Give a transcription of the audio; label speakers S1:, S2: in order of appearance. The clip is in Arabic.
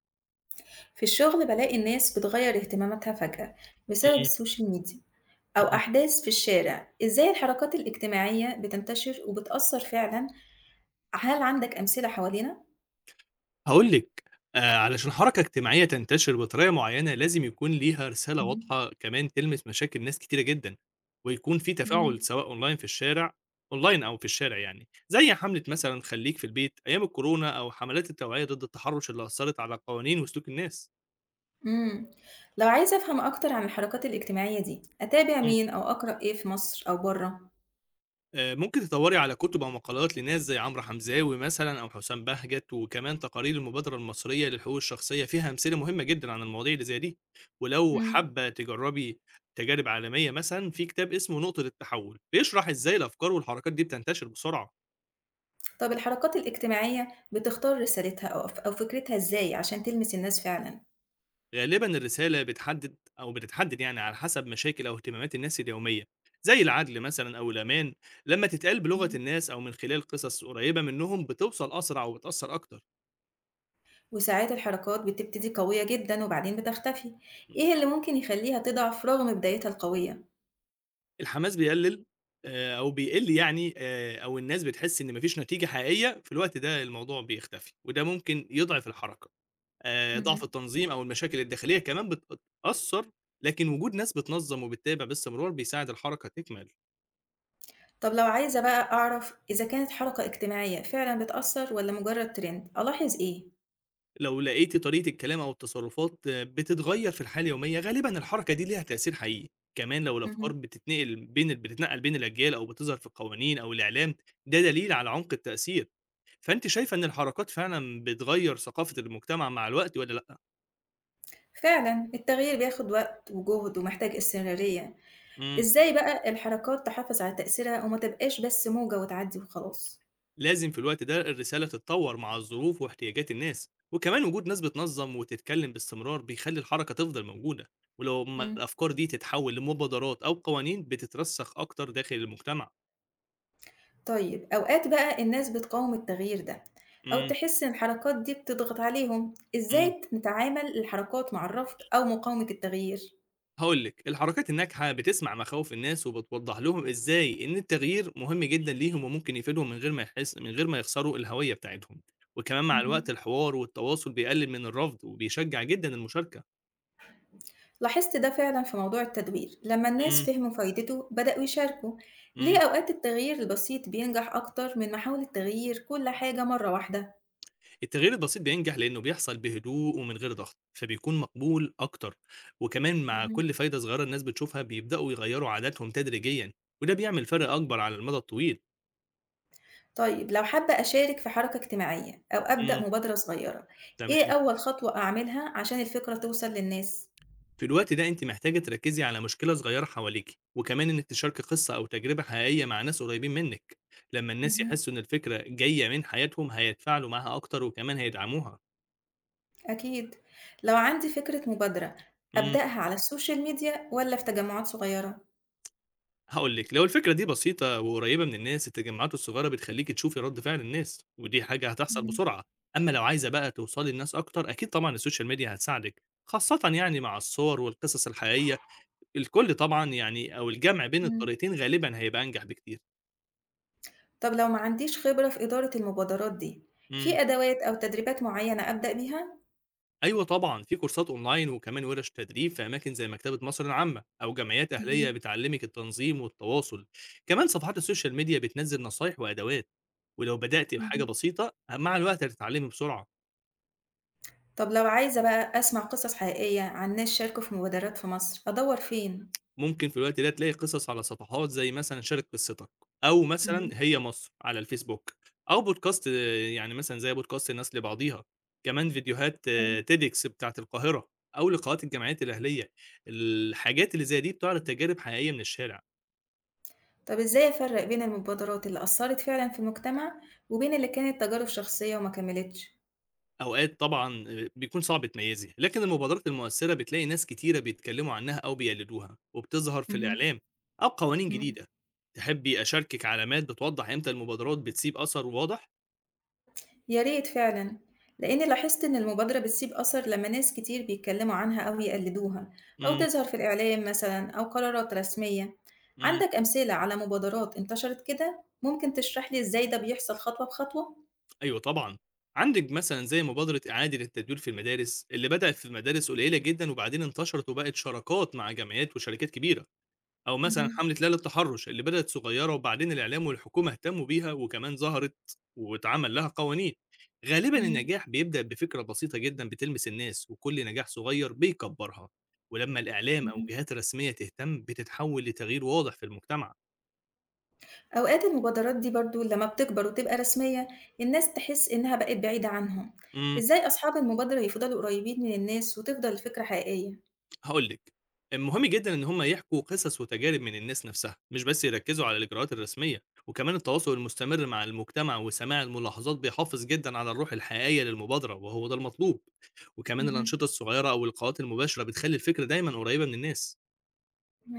S1: في الشغل بلاقي الناس بتغير اهتماماتها فجأة بسبب
S2: إمم،
S1: السوشيال ميديا أو
S2: إمم.
S1: أحداث في الشارع. إزاي الحركات الاجتماعية بتنتشر وبتأثر فعلا؟ هل عندك أمثلة حوالينا؟
S2: هاقول لِك، علشان حركة اجتماعية تنتشر بطريقة معيّنة لازم يكون ليها رسالة
S1: مهم.
S2: واضحة كمان تلمس مشاكل ناس كتيرة جدًا، ويكون في
S1: مم.
S2: تفاعل سواء أونلاين في الشارع أونلاين أو في الشارع يعني، زي حملة مثلًا خلّيك في البيت أيام الكورونا أو حملات التوعية ضد التحرُّش اللي أثّرت على قوانين وسلوك الناس.
S1: مم. لو عايزة أفهم أكتر عن الحركات الاجتماعية دي أتابع مين أو أقرأ إيه في مصر أو بره؟
S2: ممكن تدوّري على كُتب أو مقالات لناس زي عمرو حمزاوي مثلًا أو حسام بهجت، وكمان تقارير المبادرة المصرية للحقوق الشخصية فيها أمثلة مهمة جدًا عن المواضيع اللي زي دي، ولو
S1: مم.
S2: حابة تجرّبي تجارب عالمية مثلًا في كتاب اسمه نقطة التحوّل، بيشرح إزاي الأفكار والحركات دي بتنتشر بسرعة،
S1: طب الحركات الاجتماعية بتختار رسالتها أو فكرتها إزاي عشان تلمس الناس فعلا؟
S2: غالبًا الرسالة بتحدد أو بتتحدد يعني على حسب مشاكل أو اهتمامات الناس اليومية، زي العدل مثلًا أو الأمان، لمّا تتقال بلغة الناس أو من خلال قصص قريبة منّهم بتوصل أسرع وبتأثّر أكتر.
S1: وساعات الحركات بتبتدي قوية جدًا وبعدين بتختفي، إيه اللي ممكن يخلّيها تضعف رغم بدايتها القوية؟
S2: الحماس بيقلّل أو بيقِل يعني أو الناس بتحس إن ما فيش نتيجة حقيقية، في الوقت ده الموضوع بيختفي، وده ممكن يضعف الحركة. ضعف
S1: اهم.
S2: التنظيم أو المشاكل الداخلية كمان بتأثّر، لكن وجود ناس بتنظّم وبتتابع باستمرار بيساعد الحركة تكمل.
S1: طب لو عايزة بقى أعرف إذا كانت حركة اجتماعية فعلًا بتأثّر والّا مجرد ترند، ألاحظ إيه؟
S2: لو لقيتِ طريقة الكلام أو التصرفات آه، بتتغيّر في الحياة اليومية، غالبًا الحركة دي ليها تأثير حقيقي. كمان لو الأفكار
S1: اهم.
S2: بتتنقل بين الأجيال أو بتظهر في القوانين أو الإعلام، ده دليل على عمق التأثير. فأنتِ شايفة إن الحركات فعلًا بتغيّر ثقافة المجتمع مع الوقت والّا لأ؟
S1: فعلًا التغيير بياخد وقت وجهد ومحتاج استمرارية.
S2: إمم،
S1: إزاي بقى الحركات تحافظ على تأثيرها وما تبقاش بس موجة وتعدي وخلاص؟
S2: لازم في الوقت ده الرسالة تتطور مع الظروف واحتياجات الناس، وكمان وجود ناس بتنظم وتتكلم باستمرار بيخلّي الحركة تفضل موجودة، ولمّا
S1: إمم.
S2: الأفكار دي تتحول لمبادرات أو قوانين بتترسخ أكتر داخل المجتمع.
S1: طيب أوقات بقى الناس بتقاوم التغيير ده أو
S2: إمم،
S1: تحس إن الحركات دي بتضغط عليهم.
S2: إمم.
S1: إزاي نتعامل الحركات مع الرفض أو مقاومة التغيير؟
S2: هاقول لِك، الحركات الناجحة بتسمع مخاوف الناس وبتوضّح لهم إزاي إن التغيير مهم جدًا ليهم وممكن يفيدهم من غير ما يخسروا الهوية بتاعتهم، وكمان مع
S1: مهم.
S2: الوقت الحوار والتواصل بيقلل من الرفض وبيشجع جدًا المشاركة.
S1: لاحظت ده فعلا في موضوع التدوير. لما الناس
S2: إمم،
S1: فهموا فايدته بدأوا يشاركوا. ليه
S2: إمم،
S1: أوقات التغيير البسيط بينجح أكتر من محاولة تغيير كل حاجة مرة واحدة؟
S2: التغيير البسيط بينجح لإنه بيحصل بهدوء ومن غير ضغط، فبيكون مقبول أكتر، وكمان مع
S1: مهم.
S2: كل فايدة صغيرة الناس بتشوفها بيبدأوا يغيّروا عاداتهم تدريجيًا، وده بيعمل فرق أكبر على المدى الطويل.
S1: طيب لو حابة أشارك في حركة اجتماعية أو أبدأ
S2: إمم،
S1: مبادرة صغيرة، إيه
S2: تمام.
S1: أول خطوة أعملها عشان الفكرة توصل للناس؟
S2: في الوقت ده أنتِ محتاجة تركّزي على مشكلة صغيرة حواليكِ، وكمان إنِّك تشاركي قصة أو تجربة حقيقية مع ناس قريبين منِّك، لمّا الناس
S1: مهم.
S2: يحسّوا إن الفكرة جاية من حياتهم هيتفاعلوا معاها أكتر وكمان هيدعموها.
S1: أكيد. لو عندي فكرة مبادرة،
S2: إمم،
S1: أبدأها على السوشيال ميديا والّا في تجمعات صغيرة؟
S2: هاقول لِك، لو الفكرة دي بسيطة وقريبة من الناس، التجمعات الصغيرة بتخلّيكِ تشوفي رَد فعل الناس، ودي حاجة هتحصل
S1: إمم،
S2: بسرعة. أمّا لو عايزة بقى توصلي لناس أكتر، أكيد طبعًا الSocial Media هتساعدِك، خاصةً يعني مع الصور والقصص الحقيقية، الكل طبعًا يعني أو الجمع بين
S1: إمم.
S2: الطريقتين غالبًا هيبقى أنجح بكتير.
S1: طب لو ما عنديش خبرة في إدارة المبادرات دي،
S2: إمم.
S1: في أدوات أو تدريبات معينة أبدأ بيها؟
S2: أيوه طبعًا، في كورسات أونلاين وكمان ورش تدريب في أماكن زي مكتبة مصر العامة أو جمعيات أهلية
S1: اهم،
S2: بتعلمِك التنظيم والتواصل، كمان صفحات السوشيال ميديا بتنزّل نصايح وأدوات، ولو بدأتِ بحاجة
S1: اهم.
S2: بسيطة مع الوقت هتتعلمي بسرعة،
S1: طب لو عايزة بقى أسمع قصص حقيقية عن ناس شاركوا في مبادرات في مصر، أدوّر فين؟
S2: ممكن في الوقت ده تلاقي قصص على صفحات زي مثلًا شارك قصتك، أو مثلًا
S1: اهم.
S2: هي مصر على الفيسبوك، أو بودكاست آه، يعني مثلًا زي بودكاست الناس لبعضيها، كمان فيديوهات
S1: حلو.
S2: TEDx بتاعة القاهرة أو لقاءات الجمعيات الأهلية، الحاجات اللي زي دي بتعرض تجارب حقيقية من الشارع.
S1: طب إزاي أفرّق بين المبادرات اللي أثّرت فعلًا في المجتمع، وبين اللي كانت تجارب شخصية وما كمّلتش؟
S2: أوقات طبعًا بيكون صعب تميّزي، لكن المبادرات المؤثّرة بتلاقي ناس كتيرة بيتكلّموا عنها أو بيقلدوها، وبتظهر في
S1: اهم،
S2: الإعلام أو قوانين
S1: إمم.
S2: جديدة. تحبّي أشاركِك علامات بتوضّح إمتى المبادرات بتسيب أثر واضح؟
S1: يا ريت فعلًا، لإني لاحظت إن المبادرة بتسيب أثر لما ناس كتير بيتكلموا عنها أو يقلدوها، أو
S2: إمم،
S1: تظهر في الإعلام مثلًا أو قرارات رسمية.
S2: إمم،
S1: عندك أمثلة على مبادرات انتشرت كده؟ ممكن تشرح لي إزاي ده بيحصل خطوة بخطوة؟
S2: أيوه طبعًا. عندِك مثلًا زي مبادرة إعادة التدوير في المدارس، اللي بدأت في مدارس قليلة جدًا وبعدين انتشرت وبقت شراكات مع جمعيات وشركات كبيرة. أو مثلًا
S1: اهم،
S2: حملة ليلة التحرُّش اللي بدأت صغيّرة وبعدين الإعلام والحكومة اهتمّوا بيها وكمان ظهرت واتعمل لها قوانين. غالبًا
S1: اهم،
S2: النجاح بيبدأ بفكرة بسيطة جدًا بتلمس الناس وكل نجاح صغير بيكبّرها ولمّا الإعلام أو
S1: اهم.
S2: الجهات الرسمية تهتم، بتتحوّل لتغيير واضح في المجتمع.
S1: أوقات المبادرات دي برضه لما بتكبر وتبقى رسمية، الناس تحس إنها بقت بعيدة عنهم.
S2: إمم.
S1: إزاي أصحاب المبادرة يفضلوا قريبين من الناس وتفضل الفكرة حقيقية؟
S2: هاقول لِك، مهم جدًا إن هُم يحكوا قصص وتجارب من الناس نفسها، مش بس يركّزوا على الإجراءات الرسمية، وكمان التواصل المستمر مع المجتمع وسماع الملاحظات بيحافظ جدًا على الروح الحقيقية للمبادرة وهو ده المطلوب، وكمان
S1: اهم.
S2: الأنشطة الصغيرة أو اللقاءات المباشرة بتخلّي الفكرة دايمًا قريبة من الناس.